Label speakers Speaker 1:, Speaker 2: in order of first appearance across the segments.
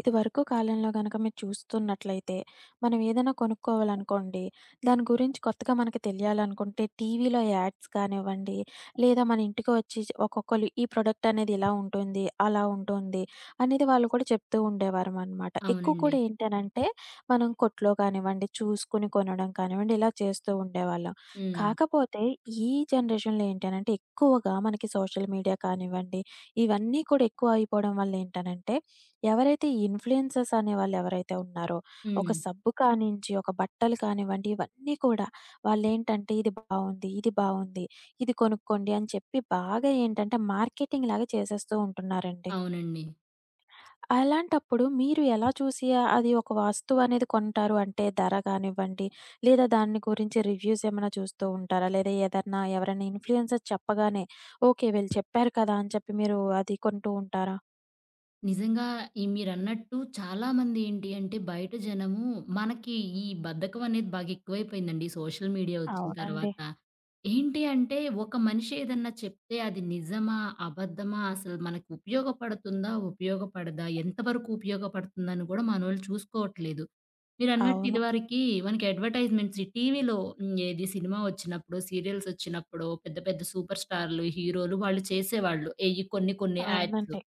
Speaker 1: ఇదివరకు కాలంలో గనక మీరు చూస్తున్నట్లయితే, మనం ఏదైనా కొనుక్కోవాలనుకోండి, దాని గురించి కొత్తగా మనకి తెలియాలనుకుంటే టీవీలో యాడ్స్ కానివ్వండి, లేదా మన ఇంటికి వచ్చి ఒక్కొక్కళ్ళు ఈ ప్రొడక్ట్ అనేది ఇలా ఉంటుంది, అలా ఉంటుంది అనేది వాళ్ళు కూడా చెప్తూ ఉండేవారమనమాట. ఎక్కువ
Speaker 2: అవునండి.
Speaker 1: కూడా ఏంటనంటే, మనం కొట్లో కానివ్వండి, చూసుకొని కొనడం కానివ్వండి, ఇలా చేస్తూ ఉండేవాళ్ళం.
Speaker 2: హ్మ్.
Speaker 1: కాకపోతే ఈ జనరేషన్‌లో ఏంటనంటే, ఎక్కువగా మనకి సోషల్ మీడియా కానివ్వండి, ఇవన్నీ కూడా ఎక్కువ అయిపోవడం వల్ల ఏంటనంటే ఎవరైతే ఈ ఇన్‌ఫ్లుయెన్సర్స్ అనేవాళ్ళు ఎవరైతే ఉన్నారో, ఒక
Speaker 2: హ్మ్.
Speaker 1: సబ్బు కానించి, ఒక బట్టలు కానివ్వండి, ఇవన్నీ కూడా వాళ్ళేంటంటే ఇది బావుంది, ఇది కొనుక్కోండి అని చెప్పి బాగా ఏంటంటే మార్కెటింగ్ లాగా చేసేస్తూ ఉంటున్నారండి.
Speaker 2: అవునండి.
Speaker 1: అలాంటప్పుడు మీరు ఎలా చూసి అది ఒక వస్తువు అనేది కొంటారు? అంటే ధర కానివ్వండి, లేదా దాన్ని గురించి రివ్యూస్ ఏమైనా చూస్తూ ఉంటారా? లేదా ఏదన్నా ఎవరైనా ఇన్‌ఫ్లుయెన్సర్ చెప్పగానే ఓకే. వీళ్ళు చెప్పారు కదా! అని చెప్పి మీరు అది కొంటూ ఉంటారా?
Speaker 2: నిజంగా ఈ మీరన్నట్టు చాలామంది ఏంటి అంటే, బయట జనము మనకి ఈ బద్ధకం అనేది బాగా ఎక్కువైపోయిందండి. ఈ సోషల్ మీడియా వచ్చిన
Speaker 1: అవునండి.
Speaker 2: తర్వాత. ఏంటి అంటే, ఒక మనిషి ఏదన్నా చెప్తే అది నిజమా? అబద్ధమా? అసలు మనకు ఉపయోగపడుతుందా? ఉపయోగపడదా? ఎంతవరకు ఉపయోగపడుతుందని గూడా మనోళ్ళు చూసుకోవట్లేదు. మీరన్నట్టు
Speaker 1: అవును.
Speaker 2: ఇదివరకి మనకి అడ్వర్టైజ్‌మెంట్స్ ఈ టీవీలో ఏది సినిమా వచ్చినప్పుడు, సీరియల్స్ వచ్చినప్పుడు పెద్ద పెద్ద సూపర్ స్టార్‌లు, హీరోలు వాళ్ళు చేసేవాళ్ళు. ఎయ్యి కొన్ని కొన్ని యాడ్స్.
Speaker 1: అవునండి.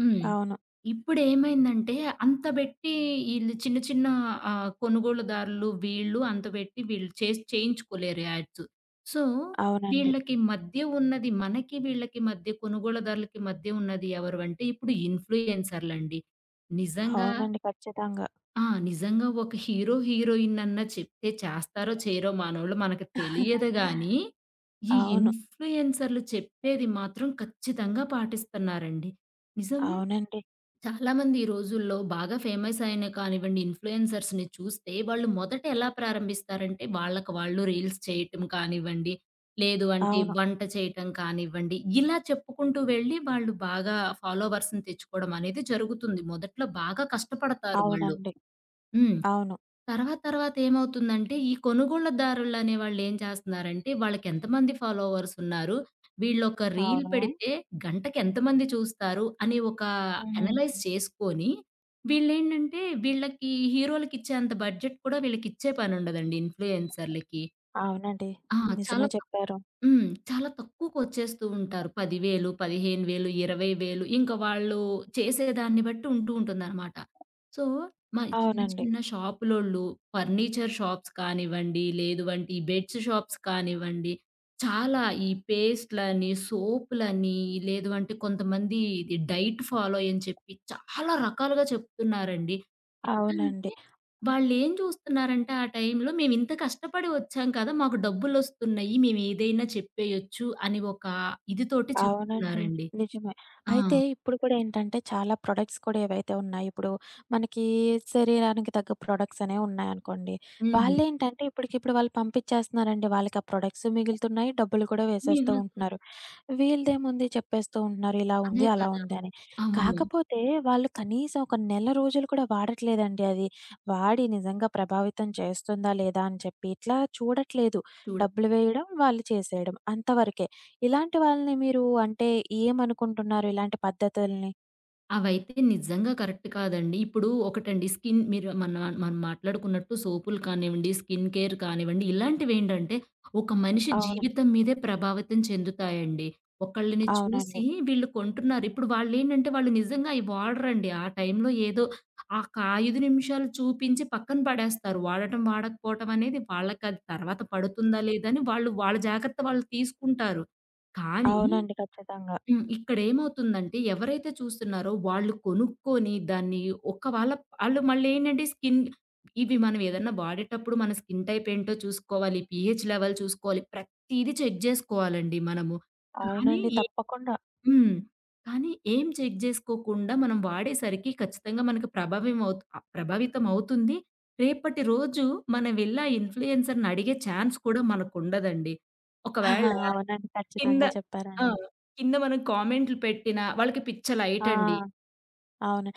Speaker 2: హ్మ్.
Speaker 1: అవును.
Speaker 2: ఇప్పుడేమైందంటే అంత బెట్టి ఈళ్ళు చిన్న చిన్న కొనుగోలుదారులు వీళ్ళు అంత బెట్టి వీళ్ళు చేసి చేయించుకోలేరు యాడ్స్. సో,
Speaker 1: అవునండి.
Speaker 2: వీళ్ళకి మధ్య ఉన్నది మనకి వీళ్ళకి మధ్య కొనుగోలుదారులకి మధ్య ఉన్నది ఎవరు అంటే ఇప్పుడు ఇన్‌ఫ్లుయెన్సర్‌లండి. నిజంగా
Speaker 1: అవునండి. ఖచ్చితంగా.
Speaker 2: నిజంగా ఒక హీరో, హీరోయిన్ అన్నా చెప్తే చేస్తారో చేయరో మనోళ్ళు మనకు తెలియదు గానీ, ఈ
Speaker 1: అవును.
Speaker 2: ఇన్‌ఫ్లుయెన్సర్‌లు చెప్పేది మాత్రం ఖచ్చితంగా పాటిస్తున్నారండి. నిజం.
Speaker 1: అవునండి.
Speaker 2: చాలామంది ఈ రోజుల్లో బాగా ఫేమస్ అయిన కానివ్వండి ఇన్‌ఫ్లుయెన్సర్స్‌ని చూస్తే వాళ్ళు మొదట ఎలా ప్రారంభిస్తారంటే వాళ్ళకి వాళ్ళు రీల్స్ చేయటం కానివ్వండి, లేదు అంటే
Speaker 1: అవును.
Speaker 2: వంట చేయటం కానివ్వండి, ఇలా చెప్పుకుంటూ వెళ్ళి వాళ్ళు బాగా ఫాలోవర్స్‌ని తెచ్చుకోవడం అనేది జరుగుతుంది. మొదట్లో బాగా కష్టపడతారు వాళ్ళు.
Speaker 1: అవునండి.
Speaker 2: హ్మ్.
Speaker 1: అవును.
Speaker 2: తర్వాత తర్వాత ఏమవుతుందంటే, ఈ కొనుగోళ్ళదారులనే వాళ్ళేం చేస్తన్నారంటే, వాళ్ళకెంతమంది ఫాలోవర్స్ ఉన్నారు, వీళ్ళొక రీల్
Speaker 1: అవును.
Speaker 2: పెడితే గంటకెంతమంది చూస్తారు అని ఒక
Speaker 1: హ్మ్.
Speaker 2: అనలైజ్ చేసుకొని, వీళ్ళేంటంటే వీళ్ళకి హీరోలకిచ్చేంత బడ్జెట్ కూడా వీళ్ళకిచ్చే పనుండదండి ఇన్‌ఫ్లుయెన్సర్‌లకి.
Speaker 1: అవునండి.
Speaker 2: ఆ! చాలా
Speaker 1: నిజమే చెప్పారు.
Speaker 2: హ్మ్. చాలా తక్కువకొచ్చేస్తూ ఉంటారు. 10,000, 15,000, 20,000 ఇంక వాళ్ళు చేసేదాన్ని బట్టి ఉంటూ ఉంటుందనమాట. సో, మా చిన్న
Speaker 1: అవునండి.
Speaker 2: చిన్న షాపులోళ్ళు ఫర్నిచర్ షాప్స్ కానివ్వండి, లేదు అంటే ఈ బెడ్స్ షాప్స్ కానివ్వండి, చాలా ఈ పేస్ట్‌లని, సోపులని, లేదు అంటే కొంతమంది ఇది డైట్ ఫాలో అయ్యని చెప్పి చాలా రకాలుగా చెప్తున్నారండి. ఎట్లా
Speaker 1: అవునండి.
Speaker 2: అంటే వాళ్ళేం జూస్తున్నారంటే ఆ టైంలో మేమింత కష్టపడి వచ్చాం కదా! మాకు డబ్బులొస్తున్నాయి. మేమేదైనా చెప్పేయొచ్చు అని ఒక ఇది తోటి
Speaker 1: అవునండి.
Speaker 2: చెప్తున్నారండి.
Speaker 1: నిజమే.
Speaker 2: ఆ!
Speaker 1: అయితే ఇప్పుడు కూడా ఏంటంటే చాలా ప్రొడక్ట్స్ కూడా ఏవైతే ఉన్నాయో, ఇప్పుడు మనకి శరీరానికి తగ్గ ప్రొడక్ట్స్ అనేవి ఉన్నాయనుకోండి.
Speaker 2: హ్మ్.
Speaker 1: వాళ్ళేంటంటే ఇప్పటికిప్పుడు వాళ్ళు పంపించేస్తున్నారండి. వాళ్ళకి ఆ ప్రొడక్ట్స్ మిగులుతున్నాయి. డబ్బులు కూడా వేసేస్తూ
Speaker 2: మిగులుతుంది.
Speaker 1: ఉంటున్నారు. వీళ్ళదేముంది చెప్పేస్తూ ఉంటున్నారు. ఇలా
Speaker 2: అదే
Speaker 1: ఉంది, అలా
Speaker 2: కదా!
Speaker 1: ఉంది అని.
Speaker 2: అవును.
Speaker 1: కాకపోతే వాళ్ళు కనీసం ఒక నెల రోజులు కూడా వాడట్లేదండి అది. వాడి నిజంగా ప్రభావితం చేస్తుందా లేదా అని చెప్పి ఇట్లా చూడట్లేదు.
Speaker 2: చూడ
Speaker 1: డబ్బులు వేయడం, వాళ్ళు చేసేయడం అంతవరకే. ఇలాంటి వాళ్ళని మీరు అంటే ఏమనుకుంటున్నారు ఇలాంటి పద్ధతుల్ని?
Speaker 2: అవైతే నిజంగా కరెక్ట్ కాదండి. ఇప్పుడు ఒకటండి స్కిన్ మీరు మనం మాట్లాడుకున్నట్టు సోపులు కానివ్వండి, స్కిన్ కేర్ కానివ్వండి, ఇలాంటివేంటంటే ఒక మనిషి
Speaker 1: అవును.
Speaker 2: జీవితం మీదే ప్రభావితం చెందుతాయండి. ఒకళ్ళని చూసి
Speaker 1: అవునండి.
Speaker 2: వీళ్ళు కొంటున్నారు. ఇప్పుడు వాళ్ళేంటంటే వాళ్ళు నిజంగా అయి వాడరండి. ఆ టైంలో ఏదో ఒక 5 నిమిషాలు చూపించి పక్కన పడేస్తారు. వాడటం, వాడకపోవటం అనేది వాళ్ళకది తర్వాత పడుతుందా లేదా అని వాళ్ళు వాళ్ళ జాగ్రత్త వాళ్ళు తీసుకుంటారు. కానీ
Speaker 1: అవునండి. ఖచ్చితంగా.
Speaker 2: హ్మ్. ఇక్కడేమవుతుందంటే ఎవరైతే చూస్తున్నారో వాళ్ళు కొనుక్కొని దాన్ని ఒక వాళ్ళ ఆళ్ళు మళ్ళేంటంటే స్కిన్ ఇవి మనం ఏదన్నా వాడేటప్పుడు మన స్కిన్ టైప్ ఏంటో చూసుకోవాలి. పీహెచ్ లెవెల్ చూసుకోవాలి. ప్రతీది చెక్ జేసుకోవాలండి మనము. కానీ
Speaker 1: అవునండి.
Speaker 2: ఏ
Speaker 1: తప్పకుండా.
Speaker 2: హ్మ్. కానీ ఏం చెక్ జేసుకోకుండా మనం వాడేసరికి ఖచ్చితంగా మనకు ప్రభావితం అవుతుంది. రేపటి రోజు మనం వెళ్లి ఆ ఇన్‌ఫ్లుయెన్సర్‌ని అడిగే ఛాన్స్ కూడా మనకుండదండి. ఒకవేళ
Speaker 1: అవునండి.
Speaker 2: కింద
Speaker 1: ఖచ్చితంగా
Speaker 2: ఆ!
Speaker 1: చెప్పారండి.
Speaker 2: కింద మనం కామెంట్లు పెట్టినా వాళ్ళకి పిచ్చ
Speaker 1: ఆ!
Speaker 2: లైటండి.
Speaker 1: అవును.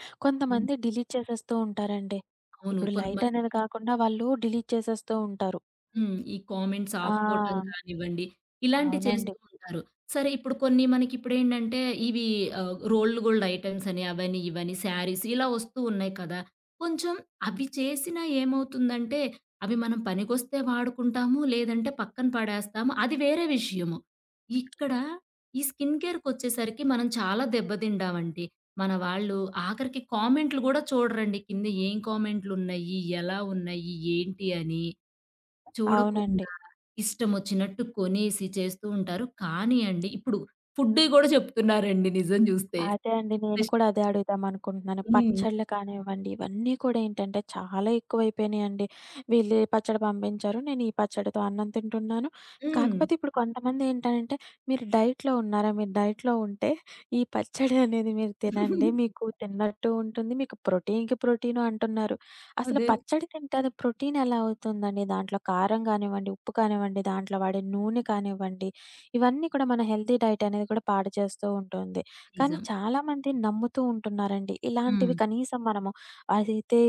Speaker 2: హ్మ్.
Speaker 1: కొంతమంది డిలీట్ చేసేస్తూ ఉంటారండి.
Speaker 2: అవును.
Speaker 1: ఇప్పుడు లైట్
Speaker 2: కొంతమంది
Speaker 1: అనేది కాకుండా వాళ్ళు డిలీట్ చేసేస్తూ ఉంటారు.
Speaker 2: హ్మ్. ఈ కామెంట్స్ ఆపుకోవటం
Speaker 1: ఆ!
Speaker 2: కానివ్వండి, ఇలాంటి
Speaker 1: అవునండి.
Speaker 2: చేస్తూ ఉంటారు. సరే ఇప్పుడు కొన్ని మనకిప్పుడేంటంటే ఇవి రోల్డ్ గోల్డ్ ఐటెమ్స్ అని అవని, ఇవని శారీస్ ఇలా వస్తూ ఉన్నాయి కదా! కొంచెం అవి చేసినా ఏమవుతుందంటే అవి మనం పనికొస్తే వాడుకుంటాము. లేదంటే పక్కన పడేస్తాము. అది వేరే విషయము. ఇక్కడ ఈ స్కిన్ కేర్‌కొచ్చేసరికి మనం చాలా దెబ్బతింటామండి. మన వాళ్ళు ఆఖరికి కామెంట్లు గూడా చూడరండి. కింద ఏం కామెంట్లున్నయి? ఎలా ఉన్నాయి? ఏంటి అని?
Speaker 1: అవునండి.
Speaker 2: చూడకుండా ఇష్టమొచ్చినట్టు కొనేసి చేస్తూ ఉంటారు. కానీ అండి ఇప్పుడు ఫుడ్‌వి గూడా చెప్తున్నారండి నిజం జూస్తే.
Speaker 1: అదే అండి. నేను కూడా
Speaker 2: రెస్ట్
Speaker 1: అదే అడుగుదామనుకుంటున్నాను.
Speaker 2: హ్మ్.
Speaker 1: పచ్చళ్ళు కానివ్వండి, ఇవన్నీ కూడా ఏంటంటే చాలా ఎక్కువైపోయినాయండి. వీళ్ళు ఈ పచ్చడి పంపించారు. నేను ఈ పచ్చడితో అన్నం తింటున్నాను.
Speaker 2: హ్మ్.
Speaker 1: కాకపోతే ఇప్పుడు కొంతమంది ఏంటంటే, "మీరు డైట్‌లో ఉన్నారా? మీరు డైట్‌లో ఉంటే ఈ పచ్చడి అనేది మీరు తినండి. మీకు తిన్నట్టు ఉంటుంది. మీకు ప్రోటీన్‌కి ప్రోటీను" అంటున్నారు. అసలు
Speaker 2: అదే.
Speaker 1: పచ్చడి తింటే అది ప్రోటీన్ ఎలా అవుతుందండి? దాంట్లో కారం కానివ్వండి, ఉప్పు కానివ్వండి, దాంట్లో వాడే నూనె కానివ్వండి, ఇవన్నీ కూడా మన హెల్తీ డైట్ అనేది కూడా పాడు చేస్తూ ఉంటుంది. కానీ
Speaker 2: నిజం.
Speaker 1: చాలామంది నమ్ముతూ ఉంటున్నారండి.
Speaker 2: హ్మ్.
Speaker 1: ఇలాంటివి కనీసం మనము అదైతే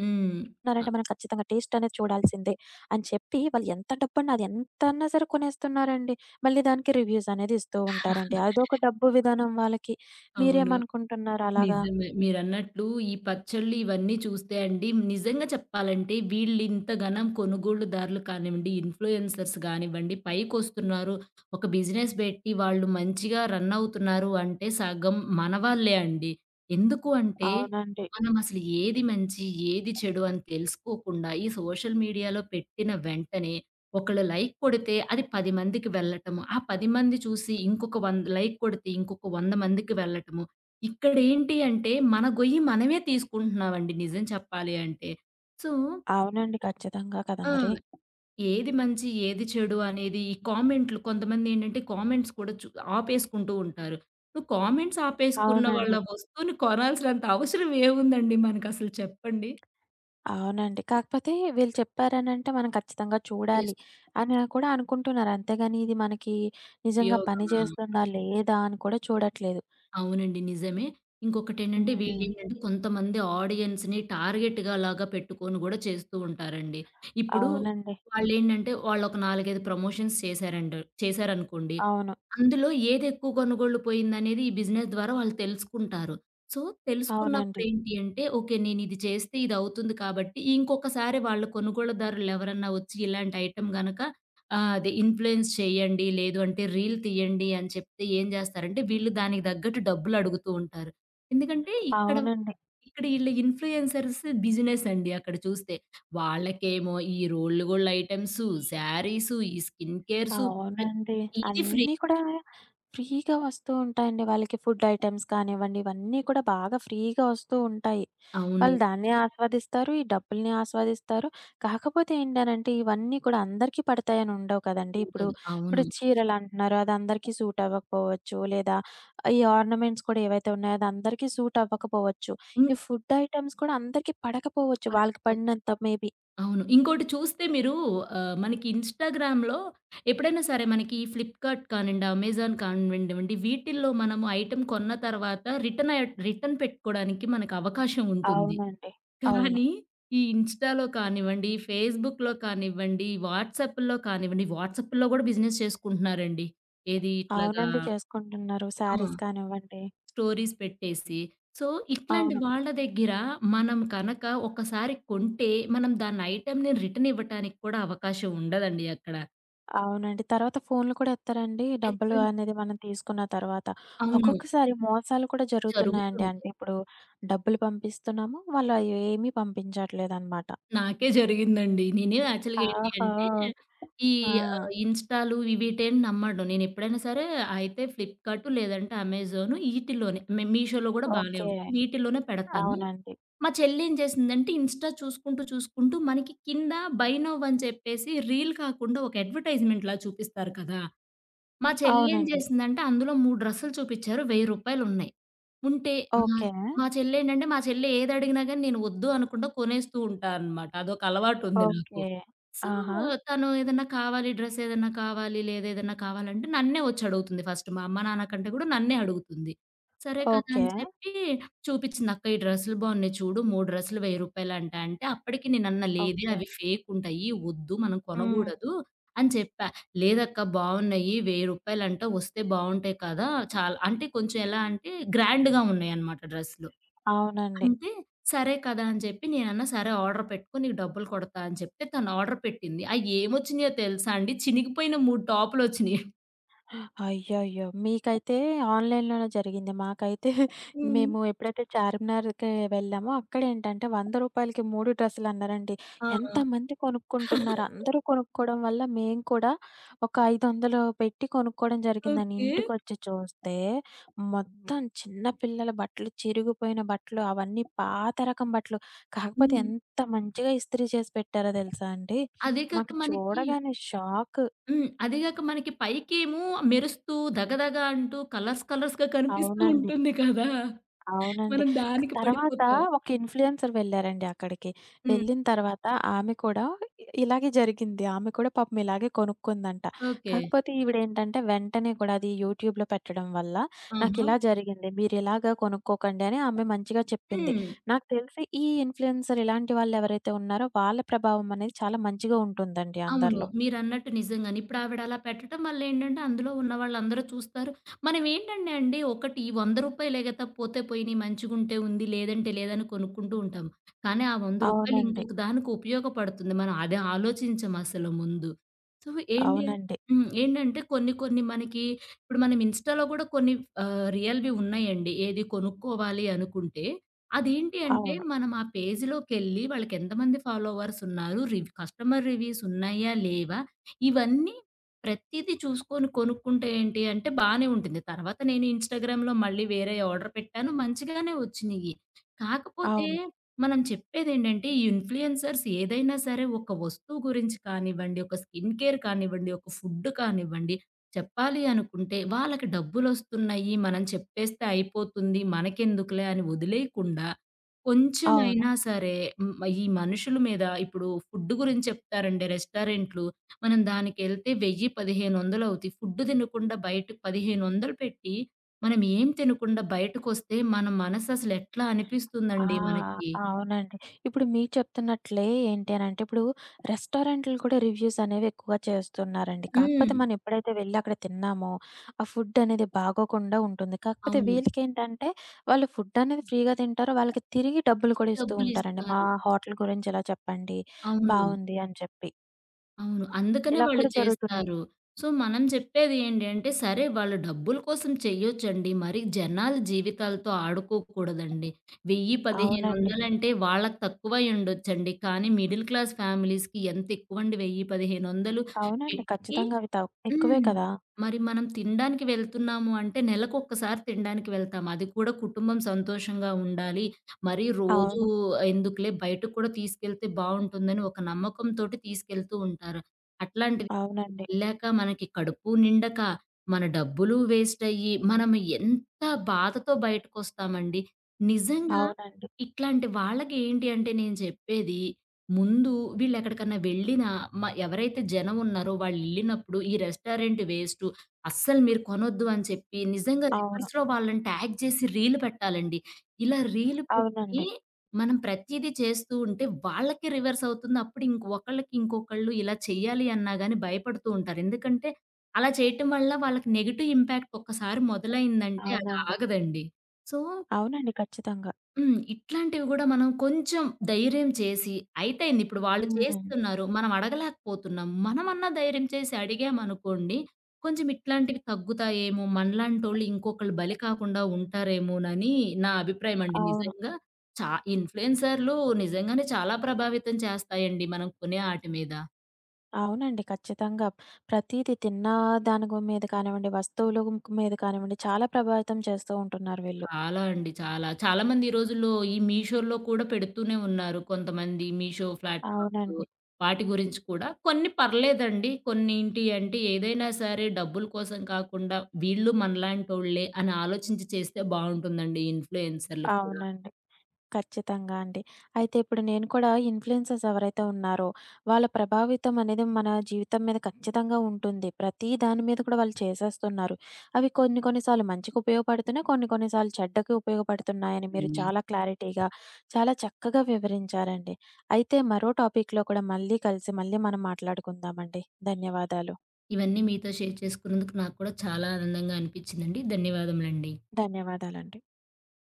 Speaker 2: హ్మ్. అ
Speaker 1: ఉన్నారంటే మనం ఖచ్చితంగా టేస్ట్ అనేది చూడాల్సిందే అని చెప్పి వాళ్ళు ఎంత డబ్బన్నా అది ఎంతన్నా సరే కొనేస్తున్నారండి. మళ్ళీ దానికి రివ్యూస్ అనేది ఇస్తూ ఉంటారండి. అదొక డబ్బు విధానం వాళ్ళకి.
Speaker 2: అవును.
Speaker 1: మీరేమనుకుంటున్నారు అలాగా?
Speaker 2: నిజమే. మీరన్నట్లు ఈ పచ్చళ్ళు ఇవన్నీ చూస్తే అండి, నిజంగా చెప్పాలంటే వీళ్ళింతగనం కొనుగోలుదారులు కానివ్వండి, ఇన్‌ఫ్లుయెన్సర్స్ గానివ్వండి, పైకొస్తున్నారు. ఒక బిజినెస్ పెట్టి వాళ్ళు మంచిగా రన్ అవుతున్నారు అంటే సగం మన వాళ్ళే అండి. ఎందుకు అంటే,
Speaker 1: అవునండి.
Speaker 2: మనం అసలు ఏది మంచి, ఏది చెడు అని తెలుసుకోకుండా ఈ సోషల్ మీడియాలో పెట్టిన వెంటనే ఒకళ్ళు లైక్ కొడితే అది 10 మందికి వెళ్ళటము. ఆ 10 మంది చూసి ఇంకొక 100 లైక్ కొడితే ఇంకొక 100 మందికి వెళ్ళటము. ఇక్కడేంటి అంటే, మన గొయ్యి మనమే తీసుకుంటున్నామండి నిజం చెప్పాలి అంటే. సో.
Speaker 1: అవునండి. ఖచ్చితంగా కదా
Speaker 2: ఆ!
Speaker 1: మరి!
Speaker 2: ఏది మంచి, ఏది చెడు అనేది ఈ కామెంట్‌లు కొంతమందేంటంటే, కామెంట్స్ కూడా చు ఆపేసుకుంటూ ఉంటారు. నువ్వు కామెంట్స్ ఆపేసుకున్న వాళ్ళ
Speaker 1: అవునండి.
Speaker 2: వస్తువుని కొనాల్సినంత అవసరం ఏముందండి మనకసలు చెప్పండి?
Speaker 1: అవునండి. కాకపోతే వీళ్ళు చెప్పారనంటే మనం ఖచ్చితంగా చూడాలి
Speaker 2: జస్ట్
Speaker 1: అని కూడా అనుకుంటున్నారు. అంతేగాని ఇది మనకి నిజంగా పని
Speaker 2: ఉపయోగమా?
Speaker 1: చేస్తుందా? లేదా? అని కూడా చూడట్లేదు.
Speaker 2: అవునండి. నిజమే. ఇంకొకటేంటంటే
Speaker 1: హ్మ్.
Speaker 2: వీళ్ళేంటంటే కొంతమంది ఆడియన్స్‌ని టార్గెట్‌గా లాగా పెట్టుకొని గూడా చేస్తూ ఉంటారండి. ఇప్పుడు
Speaker 1: అవునండి.
Speaker 2: వాళ్ళేంటంటే వాళ్ళొక 4, 5 ప్రమోషన్స్ చేశారనుకోండి.
Speaker 1: అవును.
Speaker 2: అందులో ఏదెక్కువ కొనుగోళ్ళు పోయిందనేది ఈ బిజినెస్ ద్వారా వాళ్ళు తెలుసుకుంటారు. సో,
Speaker 1: అవునండి.
Speaker 2: తెలుసుకున్నప్పుడేంటి అంటే ఓకే. నేనిది చేస్తే ఇదవుతుంది కాబట్టి ఇంకొకసారి వాళ్ళ కొనుగోలుదారులెవరన్నా వచ్చి ఇలాంటి ఐటెమ్ గనక అదే ఇన్‌ఫ్లూయెన్స్ చేయండి, లేదు అంటే రీల్ తీయండి అని చెప్తే ఏం చేస్తారంటే వీళ్ళు దానికి తగ్గట్టు డబ్బులడుగుతూ ఉంటారు. ఎందుకంటే ఇక్కడ,
Speaker 1: అవునండి.
Speaker 2: ఇక్కడ ఈళ్ళ ఇన్‌ఫ్లూయెన్సర్స్ బిజినెస్ అండి అక్కడ చూస్తే. వాళ్ళకేమో ఈ రోళ్ళు గోల్డ్ ఐటెమ్సు, శారీసు, ఈ స్కిన్ కేర్సు
Speaker 1: అవునండి.
Speaker 2: ప్రతీది ఫ్రీ.
Speaker 1: అన్నీ కూడా ఫ్రీగా వస్తూ ఉంటాయండి. వాళ్ళకి ఫుడ్ ఐటెమ్స్ కానివ్వండి, ఇవన్నీ కూడా బాగా ఫ్రీగా వస్తూ ఉంటాయి.
Speaker 2: అవును.
Speaker 1: వాళ్ళు దాన్ని ఆస్వాదిస్తారు, ఈ డబ్బుల్ని ఆస్వాదిస్తారు. కాకపోతే ఏంటనంటే, ఇవన్నీ కూడా అందరికీ పడతాయని ఉండవు కదండీ! ఇప్పుడు,
Speaker 2: ఉండదు. అవును.
Speaker 1: ఇప్పుడు చీరలంటున్నారు, అది అందరికీ సూట్ అవ్వకపోవచ్చు. లేదా ఈ ఆర్నమెంట్స్ కూడా ఏవైతే ఉన్నాయో, అది అందరికీ సూట్ అవ్వకపోవచ్చు.
Speaker 2: హ్మ్.
Speaker 1: ఈ ఫుడ్ ఐటెమ్స్ కూడా అందరికీ పడకపోవచ్చు. వాళ్ళకి
Speaker 2: వాడకపోతే
Speaker 1: పడినంత మేబీ.
Speaker 2: అవును. ఇంకోటి చూస్తే మీరు మనకి ఇన్‌స్టాగ్రామ్‌లో ఎప్పుడైనా సరే మనకి ఫ్లిప్‌కార్ట్ కానివ్వండి, అమెజాన్ కానివ్వండివండి వీటిల్లో మనము ఐటెమ్ కొన్న తర్వాత రిటర్న్ పెట్టుకోవడానికి మనకు అవకాశం ఉంటుంది.
Speaker 1: అవునండి. అవును.
Speaker 2: కానీ ఈ ఇన్‌స్టాలో కానివ్వండి, ఫేస్‌బుక్‌లో కానివ్వండి, వాట్సాప్‌లో కూడా బిజినెస్ చేసుకుంటున్నారండి. ఏది ఇట్లాగా
Speaker 1: అవునండి చేసుకుంటున్నారు.
Speaker 2: ఆ!
Speaker 1: శారీస్ కానివ్వండి.
Speaker 2: స్టోరీస్ పెట్టేసి. సో, ఇట్లాంటి
Speaker 1: అవును.
Speaker 2: వాళ్ళ దగ్గర మనం కనక ఒకసారి కొంటే, మనం దాని ఐటెమ్‌ని రిటర్న్ ఇవ్వటానికి కూడా అవకాశం ఉండదండి అక్కడ.
Speaker 1: అవునండి. తర్వాత ఫోన్లు కూడా ఎత్తరండి. డబ్బులు
Speaker 2: పెద్దలు
Speaker 1: అనేది మనం తీసుకున్న తర్వాత.
Speaker 2: అవును.
Speaker 1: ఒక్కొక్కసారి మోసాలు కూడా జరుగుతున్నాయండి.
Speaker 2: జరుగుతుంటాయి.
Speaker 1: అంటే ఇప్పుడు డబ్బులు పంపిస్తున్నాము. వాళ్ళు అయి ఏమీ పంపించట్లేదనమాట.
Speaker 2: నాకే జరిగిందండి. నేను యాక్చువల్‌గా ఏంటి
Speaker 1: ఆహా!
Speaker 2: అంటే, ఈ
Speaker 1: ఆ!
Speaker 2: ఇన్‌స్టాలు వీటేం నమ్మను. నేనెప్పుడైనా సరే అయితే ఫ్లిప్‌కార్టు లేదంటే అమెజాను ఈటిల్లోనే మీషోలో గూడా బానే
Speaker 1: ఓకే.
Speaker 2: ఉంటాయి. వీటిల్లోనే పెడతాను.
Speaker 1: అవునండి.
Speaker 2: మా చెల్లేం చేసిందంటే ఇన్‌స్టా చూసుకుంటూ, చూసుకుంటూ మనకి కింద బై నౌ అని చెప్పేసి రీల్ కాకుండా ఒక అడ్వర్‌టైజ్‌మెంట్‌లా చూపిస్తారు కదా! మా చెల్లేం
Speaker 1: అవునండి.
Speaker 2: చేసిందంటే అందులో 3 డ్రెస్సులు చూపిచ్చారు. రూ. 1000 ఉంటే మా
Speaker 1: ఓకే.
Speaker 2: మా చెల్లేంటంటే మా చెల్లి ఏదడిగినా గాని నేను వద్దు అనకుండా కొనేస్తూ ఉంటా అనమాట. అదొక అలవాటుంది నాకు.
Speaker 1: ఓకే.
Speaker 2: సో,
Speaker 1: ఆహా!
Speaker 2: తను ఏదన్నా కావాలి డ్రెస్ ఏదన్నా కావాలి లేదా ఏదన్నా కావాలంటే నన్నే వచ్చడుగుతుంది ఫస్ట్. మా అమ్మ, నాన్న కంటే గూడా నన్నే అడుగుతుంది. సరే కదా!
Speaker 1: ఓకే.
Speaker 2: అని చెప్పి చూపిచ్చింది. "అక్క ఈ డ్రెస్సులు బావున్నాయి చూడు. 3 డ్రెస్సులు రూ. 1000 అంట" అంటే అప్పటికి నేనన్నా, "లేదే
Speaker 1: ఓకే.
Speaker 2: అవి ఫేకుంటాయి. వద్దు మనం
Speaker 1: హ్మ్.
Speaker 2: కొనగూడదు" అని చెప్పా. లేదక్కా బావున్నయి. రూ. 1000 వస్తే బావుంటాయి కదా! చాలా అంటే కొంచెం ఎలా అంటే గ్రాండ్‌గా ఉన్నాయన్నమాట డ్రెస్‌లు.
Speaker 1: అవునండి.
Speaker 2: అంటే సరే కదా! అని చెప్పి నేనన్నా సరే ఆర్డర్ పెట్టుకో నీకు డబ్బులు కొడతా అని చెప్తే తను ఆర్డర్ పెట్టింది. అయి ఏమొచ్చినాయో తెలుసా అండి? చినిగిపోయిన 3 టాపులొచ్చినియి.
Speaker 1: అయ్యయ్యో! మీకైతే ఆన్‌లైన్‌లోనే జరిగింది. మాకైతే
Speaker 2: హ్మ్.
Speaker 1: మేము ఎప్పుడైతే చార్మినార్‌కి వెళ్ళామో అక్కడేంటంటే రూ. 100కి 3 డ్రెస్సులన్నారండి.
Speaker 2: ఆ!
Speaker 1: ఎంతమంది కొనుక్కుంటున్నారు. అందరూ కొనుక్కోవడం వల్ల మేము కూడా ఒక 500 పెట్టి కొనుక్కోవడం జరిగిందండి.
Speaker 2: ఓకే.
Speaker 1: ఇంటికొచ్చి చూస్తే మొత్తం చిన్న పిల్లల బట్టలు, చిరిగిపోయిన బట్టలు అవన్నీ పాత రకం బట్టలు. కాకపోతే
Speaker 2: హ్మ్.
Speaker 1: ఎంత మంచిగా ఇస్త్రీ చేసి పెట్టారో తెలుసా అండి.
Speaker 2: అదే కాక
Speaker 1: మాకు
Speaker 2: మనకి
Speaker 1: చూడగానే షాక్.
Speaker 2: అదే కాక మనకి పైకేమో మెరుస్తూ దగదగ అంటూ కలర్స్ కలర్స్‌గా కనిపిస్తూ
Speaker 1: అవునండి.
Speaker 2: ఉంటుంది కదా!
Speaker 1: అవునండి.
Speaker 2: మనం దానికి
Speaker 1: తర్వాత
Speaker 2: పడిపోతాం.
Speaker 1: ఒక ఇన్‌ఫ్లుయెన్సర్ వెళ్ళారండి అక్కడికి.
Speaker 2: హ్మ్.
Speaker 1: వెళ్ళిన తర్వాత ఆమె కూడా ఇలాగే జరిగింది. ఆమె కూడా పాపం ఇలాగే కొనుక్కుందంట.
Speaker 2: ఓకే.
Speaker 1: కాకపోతే ఈవిడేంటంటే వెంటనే కూడా అది యూట్యూబ్‌లో పెట్టడం వల్ల
Speaker 2: ఆహా!
Speaker 1: నాకిలా జరిగింది. మీరిలాగా కొనుక్కోకండి అని ఆమె మంచిగా చెప్పింది.
Speaker 2: హ్మ్.
Speaker 1: నాకు తెలిసి ఈ ఇన్‌ఫ్లుయెన్సర్ ఇలాంటి వాళ్ళెవరైతే ఉన్నారో వాళ్ళ ప్రభావం అనేది చాలా మంచిగా ఉంటుందండి
Speaker 2: అవును.
Speaker 1: అందరిలో.
Speaker 2: మీరన్నట్టు నిజంగానే. ఇప్పుడు ఆవిడ అలా పెట్టటం వల్ల ఏంటంటే, అందులో ఉన్న వాళ్ళందరూ చూస్తారు. మనం ఏంటంటే అండి, ఒకటి ఈ రూ. 100 కదా! పోతే పోయినియి మంచిగుంటే ఉంది, లేదంటే లేదని కొనుక్కుంటూ ఉంటాం. కానీ ఆ రూ. 100
Speaker 1: అవునండి.
Speaker 2: ఇంకొక దానికి ఉపయోగపడుతుంది. మనం అది ఆలోచించం అసలు ముందు. సో, ఏంటి
Speaker 1: అవునండి.
Speaker 2: హ్మ్. ఏంటంటే కొన్ని కొన్ని మనకి ఇప్పుడు మనం ఇన్‌స్టా‌లో గూడా కొన్ని రియల్‌వి ఉన్నాయండి. ఏది కొనుక్కోవాలి అనుకుంటే అదేంటి అంటే
Speaker 1: అవును.
Speaker 2: మనం ఆ పేజ్‌లోకెళ్ళి వాళ్ళకెంతమంది ఫాలోవర్స్ ఉన్నారు, కస్టమర్ రివ్యూస్ ఉన్నాయా, లేవా ఇవన్నీ ప్రతీదీ చూసుకొని కొనుక్కుంటే ఏంటి అంటే బానే ఉంటుంది. తర్వాత నేను ఇన్‌స్టాగ్రామ్‌లో మళ్ళీ వేరే ఆర్డర్ పెట్టాను. మంచిగానే వచ్చినియి. కాకపోతే
Speaker 1: అవును.
Speaker 2: మనం చెప్పేదేంటంటే ఈ ఇన్‌ఫ్లుయెన్సర్స్ ఏదైనా సరే ఒక వస్తువు గురించి కానివ్వండి, ఒక స్కిన్ కేర్ కానివ్వండి, ఒక ఫుడ్ కానివ్వండి చెప్పాలి అనుకుంటే వాళ్ళకి డబ్బులొస్తున్నాయి. మనం చెప్పేస్తే అయిపోతుంది. మనకెందుకులే అని వదిలేయకుండా
Speaker 1: అవును.
Speaker 2: కొంచెమైనా సరే హ్మ్. ఈ మనుషుల మీద ఇప్పుడు ఫుడ్ గురించి చెప్తారండి రెస్టారెంట్‌లు. మనం దానికెళ్తే 1000, 1500 అవుతాయి. ఫుడ్ తినకుండా బయటకు 1500 పెట్టి, మనం ఏం తినకుండా బయటకొస్తే మన మనసు అసలు ఎట్లా
Speaker 1: ఆ!
Speaker 2: అనిపిస్తుందండి మనకి?
Speaker 1: అవునండి. ఇప్పుడు మీరు చెప్తున్నట్లే ఏంటి అనంటే, ఇప్పుడు రెస్టారెంట్‌లు కూడా రివ్యూస్ అనేవి ఎక్కువగా చేస్తున్నారండి. కాకపోతే
Speaker 2: హ్మ్.
Speaker 1: మనం ఎప్పుడైతే వెళ్లి అక్కడ తిన్నామో, ఆ ఫుడ్ అనేది బాగోకుండా ఉంటుంది. కాకపోతే
Speaker 2: అవును.
Speaker 1: వీళ్ళకేంటంటే, వాళ్ళు ఫుడ్ అనేది ఫ్రీగా తింటారు. వాళ్ళకి తిరిగి డబ్బులు కూడా ఇస్తూ ఉంటారండి. మా
Speaker 2: డబ్బులిస్తారు.
Speaker 1: హోటల్ గురించి ఇలా చెప్పండి,
Speaker 2: అవును.
Speaker 1: బావుంది అని చెప్పి.
Speaker 2: అవును. అందుకనే
Speaker 1: ఇలా
Speaker 2: వాళ్ళు
Speaker 1: కూడా జరుగుతున్నాయి.
Speaker 2: చేస్తారు. సో, మనం చెప్పేది ఏంటంటే, సరే వాళ్ళు డబ్బుల కోసం చెయ్యొచ్చండి. మరి జనాల జీవితాలతో ఆడుకోకూడదండి. 1000,
Speaker 1: అవునండి.
Speaker 2: 1500 అంటే వాళ్ళకి తక్కువై ఉండొచ్చండి. కానీ మిడిల్ క్లాస్ ఫ్యామిలీస్‌కి ఎంత ఎక్కువండి 1000, 1500
Speaker 1: అవునండి.
Speaker 2: పెట్టి
Speaker 1: ఖచ్చితంగా అవి ఎక్కువే
Speaker 2: హ్మ్.
Speaker 1: కదా!
Speaker 2: మరి మనం తినడానికి వెళ్తున్నాము అంటే నెలకొక్కసారి తినడానికి వెళ్తాము. అది కూడా కుటుంబం సంతోషంగా ఉండాలి. మరీ రోజూ
Speaker 1: అవును.
Speaker 2: ఎందుకులే బయటకు కూడా తీసుకెళ్తే బావుంటుందని ఒక నమ్మకంతోటి తీసుకెళ్తూ ఉంటారు. అట్లాంటిది
Speaker 1: అవునండి.
Speaker 2: ఎళ్ళాక మనకి కడుపు నిండక, మన డబ్బులు వేస్ట్ అయ్యి, మనం ఎంత బాధతో బయటకొస్తామండి. నిజంగా
Speaker 1: అవునండి.
Speaker 2: ఇట్లాంటి వాళ్ళకి ఏంటి అంటే నేను చెప్పేది ముందు వీళ్ళెక్కడికన్నా వెళ్ళినా ఎవరైతే జనం ఉన్నారో వాళ్ళెళ్ళినప్పుడు ఈ రెస్టారెంట్ వేస్టు, అస్సలు మీరు కొనొద్దు అని చెప్పి నిజంగా
Speaker 1: అవును.
Speaker 2: రివర్స్‌లో వాళ్ళని ట్యాగ్ చేసి రీల్ పెట్టాలండి. ఇలా రీల్ పెట్టి
Speaker 1: అవునండి.
Speaker 2: మనం ప్రతీదీ చేస్తూ ఉంటే వాళ్ళకి రివర్స్ అవుతుంది. అప్పుడు ఇంకొకళ్ళకి ఇంకొకళ్ళు ఇలా చెయ్యాలి అన్నా గాని భయపడుతూ ఉంటారు. ఎందుకంటే అలా చేయటం వల్ల వాళ్ళకి నెగెటివ్ ఇంపాక్ట్ ఒక్కసారి మొదలైందంటే అది
Speaker 1: అవునండి.
Speaker 2: ఆగదండి. సో
Speaker 1: అవునండి. ఖచ్చితంగా.
Speaker 2: హ్మ్. ఇట్లాంటివి గూడా మనం కొంచెం ధైర్యం చేసి అయితేంది ఇప్పుడు వాళ్ళు
Speaker 1: హ్మ్.
Speaker 2: చేస్తున్నారు. మనం అడగలేకపోతున్నాం. మనమన్నా ధైర్యం చేసి అడిగామనుకోండి, కొంచెం ఇట్లాంటివి తగ్గుతాయేమో! మనలాంటోళ్ళు ఇంకొకళ్ళు బలి కాకుండా ఉంటారేమోనని నా అభిప్రాయం అండి.
Speaker 1: అవును.
Speaker 2: నిజంగా ఇన్‌ఫ్లుయెన్సర్‌లు నిజంగానే చాలా ప్రభావితం చేస్తాయండి మనం కొనే ఆటి మీద.
Speaker 1: అవునండి. ఖచ్చితంగా. ప్రతీది తిన్న దాని గు మీద కానివ్వండి, వస్తువులు మీద కానివ్వండి చాలా ప్రభావితం చేస్తూ ఉంటున్నారు వీళ్ళు.
Speaker 2: చాలా అండి. చాలా. చాలామంది ఈ రోజుల్లో ఈ మీషోలో కూడా పెడుతూనే ఉన్నారు. కొంతమంది మీషో ప్లాట్‌ఫామ్స్
Speaker 1: అవునండి.
Speaker 2: వాటి గురించి కూడా. కొన్ని పర్లేదండి. కొన్నేంటి అంటే ఏదైనా సరే డబ్బుల కోసం కాకుండా వీళ్ళు మనలాంటోళ్ళే అని ఆలోచించి చేస్తే బావుంటుందండి ఇన్‌ఫ్లుయెన్సర్‌లు కూడా.
Speaker 1: అవునండి. ఖచ్చితంగా అండి. అయితే ఇప్పుడు నేను కూడా ఇన్‌ఫ్లుయెన్సర్స్ ఎవరైతే ఉన్నారో, వాళ్ళ ప్రభావితం అనేది మన జీవితం మీద ఖచ్చితంగా ఉంటుంది. ప్రతి దాని మీద కూడా వాళ్ళు చేసేస్తున్నారు. అవి కొన్ని కొన్ని సార్లు మంచికి ఉపయోగపడుతున్నాయి. కొన్ని కొన్ని సార్లు చెడ్డకి ఉపయోగపడుతున్నాయని మీరు
Speaker 2: హ్మ్.
Speaker 1: చాలా క్లారిటీగా, చాలా చక్కగా వివరించారండి. అయితే మరో టాపిక్‌లో కూడా మళ్ళీ కలిసి, మళ్ళీ మనం మాట్లాడుకుందామండి. ధన్యవాదాలు.
Speaker 2: ఇవన్నీ మీతో షేర్ చేసుకున్నందుకు నాకు కూడా చాలా ఆనందంగా అనిపించిందండి. ధన్యవాదములండి.
Speaker 1: ధన్యవాదాలండి.